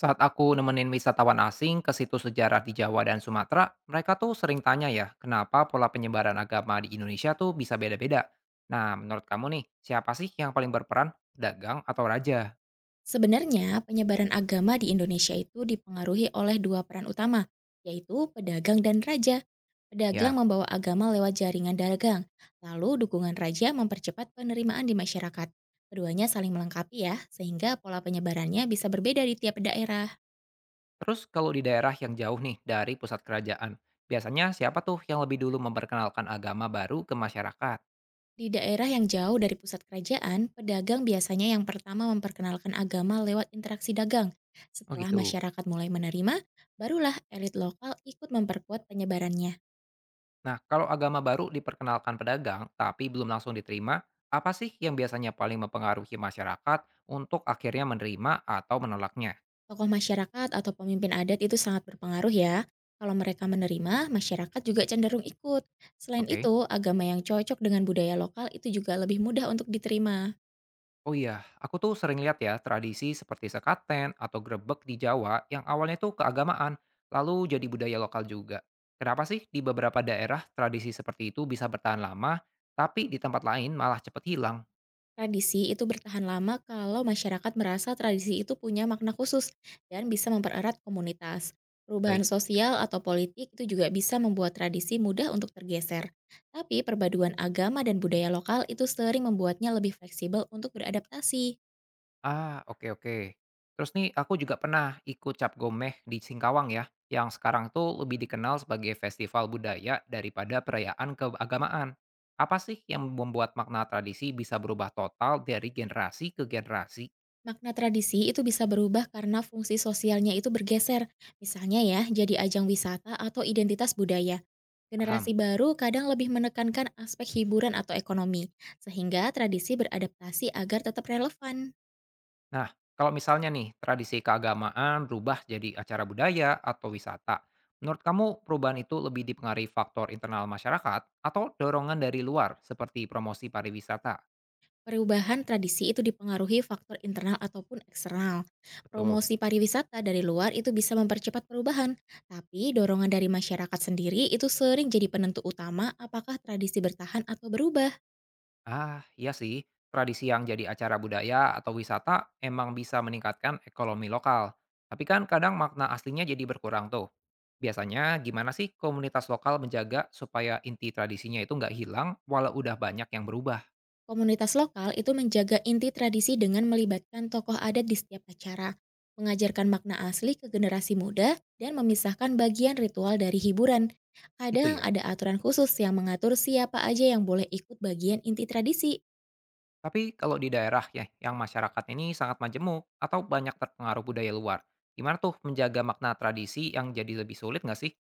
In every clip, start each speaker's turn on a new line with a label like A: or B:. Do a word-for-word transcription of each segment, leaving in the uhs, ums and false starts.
A: Saat aku nemenin wisatawan asing ke situs sejarah di Jawa dan Sumatera, mereka tuh sering tanya ya, kenapa pola penyebaran agama di Indonesia tuh bisa beda-beda. Nah, menurut kamu nih, siapa sih yang paling berperan? Dagang atau raja?
B: Sebenarnya, penyebaran agama di Indonesia itu dipengaruhi oleh dua peran utama, yaitu pedagang dan raja. Pedagang
A: Ya,
B: membawa agama lewat jaringan dagang, lalu dukungan raja mempercepat penerimaan di masyarakat. Keduanya saling melengkapi ya, sehingga pola penyebarannya bisa berbeda di tiap daerah.
A: terus kalau di daerah yang jauh nih dari pusat kerajaan, biasanya siapa tuh yang lebih dulu memperkenalkan agama baru ke masyarakat?
B: Di daerah yang jauh dari pusat kerajaan, pedagang biasanya yang pertama memperkenalkan agama lewat interaksi dagang.
A: Oh
B: Setelah
A: gitu.
B: masyarakat mulai menerima, barulah elit lokal ikut memperkuat penyebarannya.
A: Nah, kalau agama baru diperkenalkan pedagang tapi belum langsung diterima, apa sih yang biasanya paling mempengaruhi masyarakat untuk akhirnya menerima atau menolaknya?
B: Tokoh masyarakat atau pemimpin adat itu sangat berpengaruh ya. Kalau mereka menerima, masyarakat juga cenderung ikut. Selain
A: Oke.
B: itu, agama yang cocok dengan budaya lokal itu juga lebih mudah untuk diterima.
A: Oh iya, aku tuh sering lihat ya tradisi seperti sekaten atau grebek di Jawa yang awalnya tuh keagamaan, lalu jadi budaya lokal juga. Kenapa sih di beberapa daerah tradisi seperti itu bisa bertahan lama, tapi di tempat lain malah cepet hilang?
B: Tradisi itu bertahan lama kalau masyarakat merasa tradisi itu punya makna khusus dan bisa mempererat komunitas. Perubahan
A: Baik.
B: sosial atau politik itu juga bisa membuat tradisi mudah untuk tergeser. Tapi perpaduan agama dan budaya lokal itu sering membuatnya lebih fleksibel untuk beradaptasi.
A: Ah, oke oke. Terus nih aku juga pernah ikut cap gomeh di Singkawang ya, yang sekarang tuh lebih dikenal sebagai festival budaya daripada perayaan keagamaan. Apa sih yang membuat makna tradisi bisa berubah total dari generasi ke generasi?
B: Makna tradisi itu bisa berubah karena fungsi sosialnya itu bergeser, misalnya ya jadi ajang wisata atau identitas budaya. Generasi
A: Paham.
B: baru kadang lebih menekankan aspek hiburan atau ekonomi, sehingga tradisi beradaptasi agar tetap relevan.
A: Nah, kalau misalnya nih tradisi keagamaan berubah jadi acara budaya atau wisata, menurut kamu perubahan itu lebih dipengaruhi faktor internal masyarakat atau dorongan dari luar seperti promosi pariwisata?
B: Perubahan tradisi itu dipengaruhi faktor internal ataupun eksternal.
A: Betul.
B: Promosi pariwisata dari luar itu bisa mempercepat perubahan, tapi dorongan dari masyarakat sendiri itu sering jadi penentu utama apakah tradisi bertahan atau berubah.
A: Ah, iya sih. Tradisi yang jadi acara budaya atau wisata emang bisa meningkatkan ekonomi lokal. Tapi kan kadang makna aslinya jadi berkurang tuh. Biasanya gimana sih komunitas lokal menjaga supaya inti tradisinya itu nggak hilang walau udah banyak yang berubah?
B: Komunitas lokal itu menjaga inti tradisi dengan melibatkan tokoh adat di setiap acara, mengajarkan makna asli ke generasi muda, dan memisahkan bagian ritual dari hiburan.
A: Itu
B: Kadang
A: ya.
B: ada aturan khusus yang mengatur siapa aja yang boleh ikut bagian inti tradisi.
A: Tapi kalau di daerah ya yang masyarakat ini sangat majemuk atau banyak terpengaruh budaya luar, gimana tuh menjaga makna tradisi yang jadi lebih sulit nggak sih?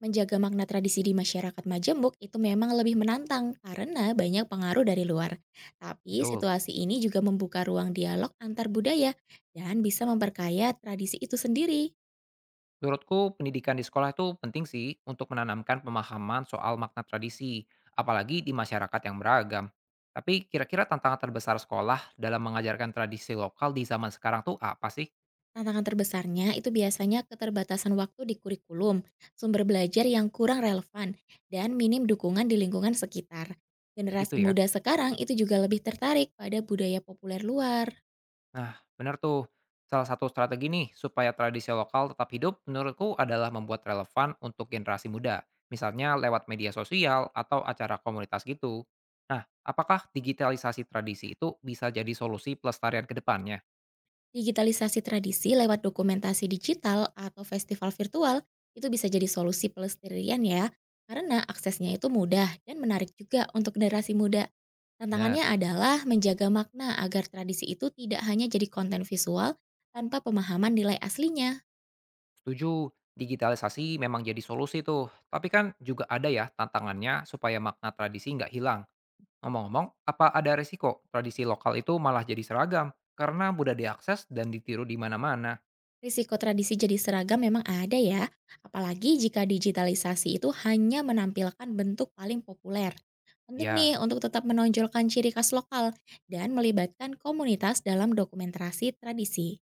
B: Menjaga makna tradisi di masyarakat majemuk itu memang lebih menantang karena banyak pengaruh dari luar. Tapi
A: Betul.
B: situasi ini juga membuka ruang dialog antar budaya dan bisa memperkaya tradisi itu sendiri.
A: Menurutku, pendidikan di sekolah itu penting sih untuk menanamkan pemahaman soal makna tradisi, apalagi di masyarakat yang beragam. Tapi kira-kira tantangan terbesar sekolah dalam mengajarkan tradisi lokal di zaman sekarang tuh apa sih?
B: Tantangan terbesarnya itu biasanya keterbatasan waktu di kurikulum, sumber belajar yang kurang relevan, dan minim dukungan di lingkungan sekitar.
A: Gitu
B: Generasi
A: ya.
B: muda sekarang itu juga lebih tertarik pada budaya populer luar.
A: Nah, benar tuh. Salah satu strategi nih supaya tradisi lokal tetap hidup menurutku adalah membuat relevan untuk generasi muda. Misalnya lewat media sosial atau acara komunitas gitu. Nah, apakah digitalisasi tradisi itu bisa jadi solusi pelestarian ke depannya?
B: Digitalisasi tradisi lewat dokumentasi digital atau festival virtual itu bisa jadi solusi pelestarian ya, karena aksesnya itu mudah dan menarik juga untuk generasi muda.
A: Benar.
B: Tantangannya adalah menjaga makna agar tradisi itu tidak hanya jadi konten visual tanpa pemahaman nilai aslinya.
A: Tujuh digitalisasi memang jadi solusi tuh. Tapi kan juga ada ya tantangannya supaya makna tradisi nggak hilang. Ngomong-ngomong, apa ada resiko tradisi lokal itu malah jadi seragam karena mudah diakses dan ditiru di mana-mana?
B: Risiko tradisi jadi seragam memang ada ya, apalagi jika digitalisasi itu hanya menampilkan bentuk paling populer. Penting nih
A: Ya,
B: untuk tetap menonjolkan ciri khas lokal dan melibatkan komunitas dalam dokumentasi tradisi.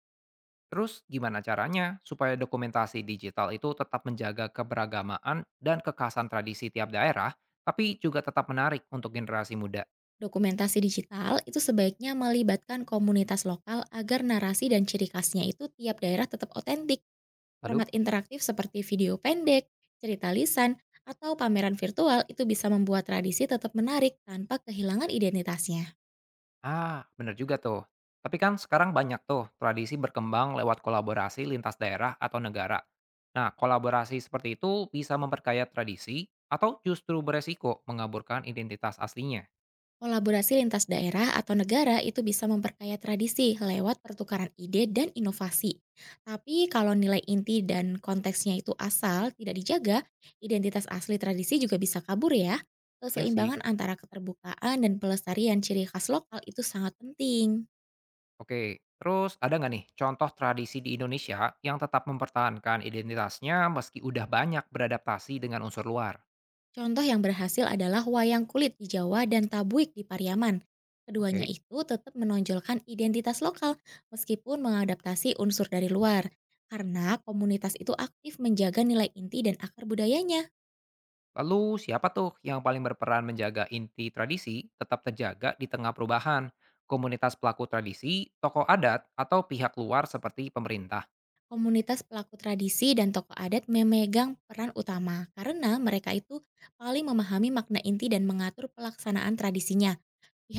A: terus gimana caranya supaya dokumentasi digital itu tetap menjaga keberagamaan dan kekhasan tradisi tiap daerah, tapi juga tetap menarik untuk generasi muda?
B: Dokumentasi digital itu sebaiknya melibatkan komunitas lokal agar narasi dan ciri khasnya itu tiap daerah tetap otentik.
A: Lalu?
B: Format interaktif seperti video pendek, cerita lisan, atau pameran virtual itu bisa membuat tradisi tetap menarik tanpa kehilangan identitasnya.
A: Ah, bener juga tuh. Tapi kan sekarang banyak tuh tradisi berkembang lewat kolaborasi lintas daerah atau negara. Nah, kolaborasi seperti itu bisa memperkaya tradisi atau justru beresiko mengaburkan identitas aslinya.
B: Kolaborasi lintas daerah atau negara itu bisa memperkaya tradisi lewat pertukaran ide dan inovasi. Tapi kalau nilai inti dan konteksnya itu asal tidak dijaga, identitas asli tradisi juga bisa kabur ya.
A: Ya sih.
B: Keseimbangan antara keterbukaan dan pelestarian ciri khas lokal itu sangat penting.
A: Oke, terus ada nggak nih contoh tradisi di Indonesia yang tetap mempertahankan identitasnya meski udah banyak beradaptasi dengan unsur luar?
B: Contoh yang berhasil adalah wayang kulit di Jawa dan tabuik di Pariaman. Keduanya
A: Oke.
B: itu tetap menonjolkan identitas lokal meskipun mengadaptasi unsur dari luar. Karena komunitas itu aktif menjaga nilai inti dan akar budayanya.
A: Lalu siapa tuh yang paling berperan menjaga inti tradisi tetap terjaga di tengah perubahan? Komunitas pelaku tradisi, tokoh adat, atau pihak luar seperti pemerintah?
B: Komunitas pelaku tradisi dan tokoh adat memegang peran utama karena mereka itu paling memahami makna inti dan mengatur pelaksanaan tradisinya.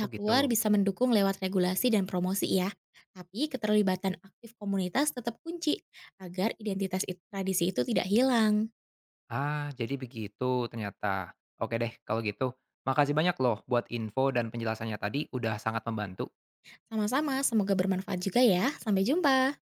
A: Oh
B: luar
A: gitu.
B: bisa mendukung lewat regulasi dan promosi ya, tapi keterlibatan aktif komunitas tetap kunci agar identitas it- tradisi itu tidak hilang.
A: Ah, jadi begitu ternyata. Oke deh, kalau gitu. Makasih banyak loh buat info dan penjelasannya tadi udah sangat membantu.
B: Sama-sama, semoga bermanfaat juga ya. Sampai jumpa.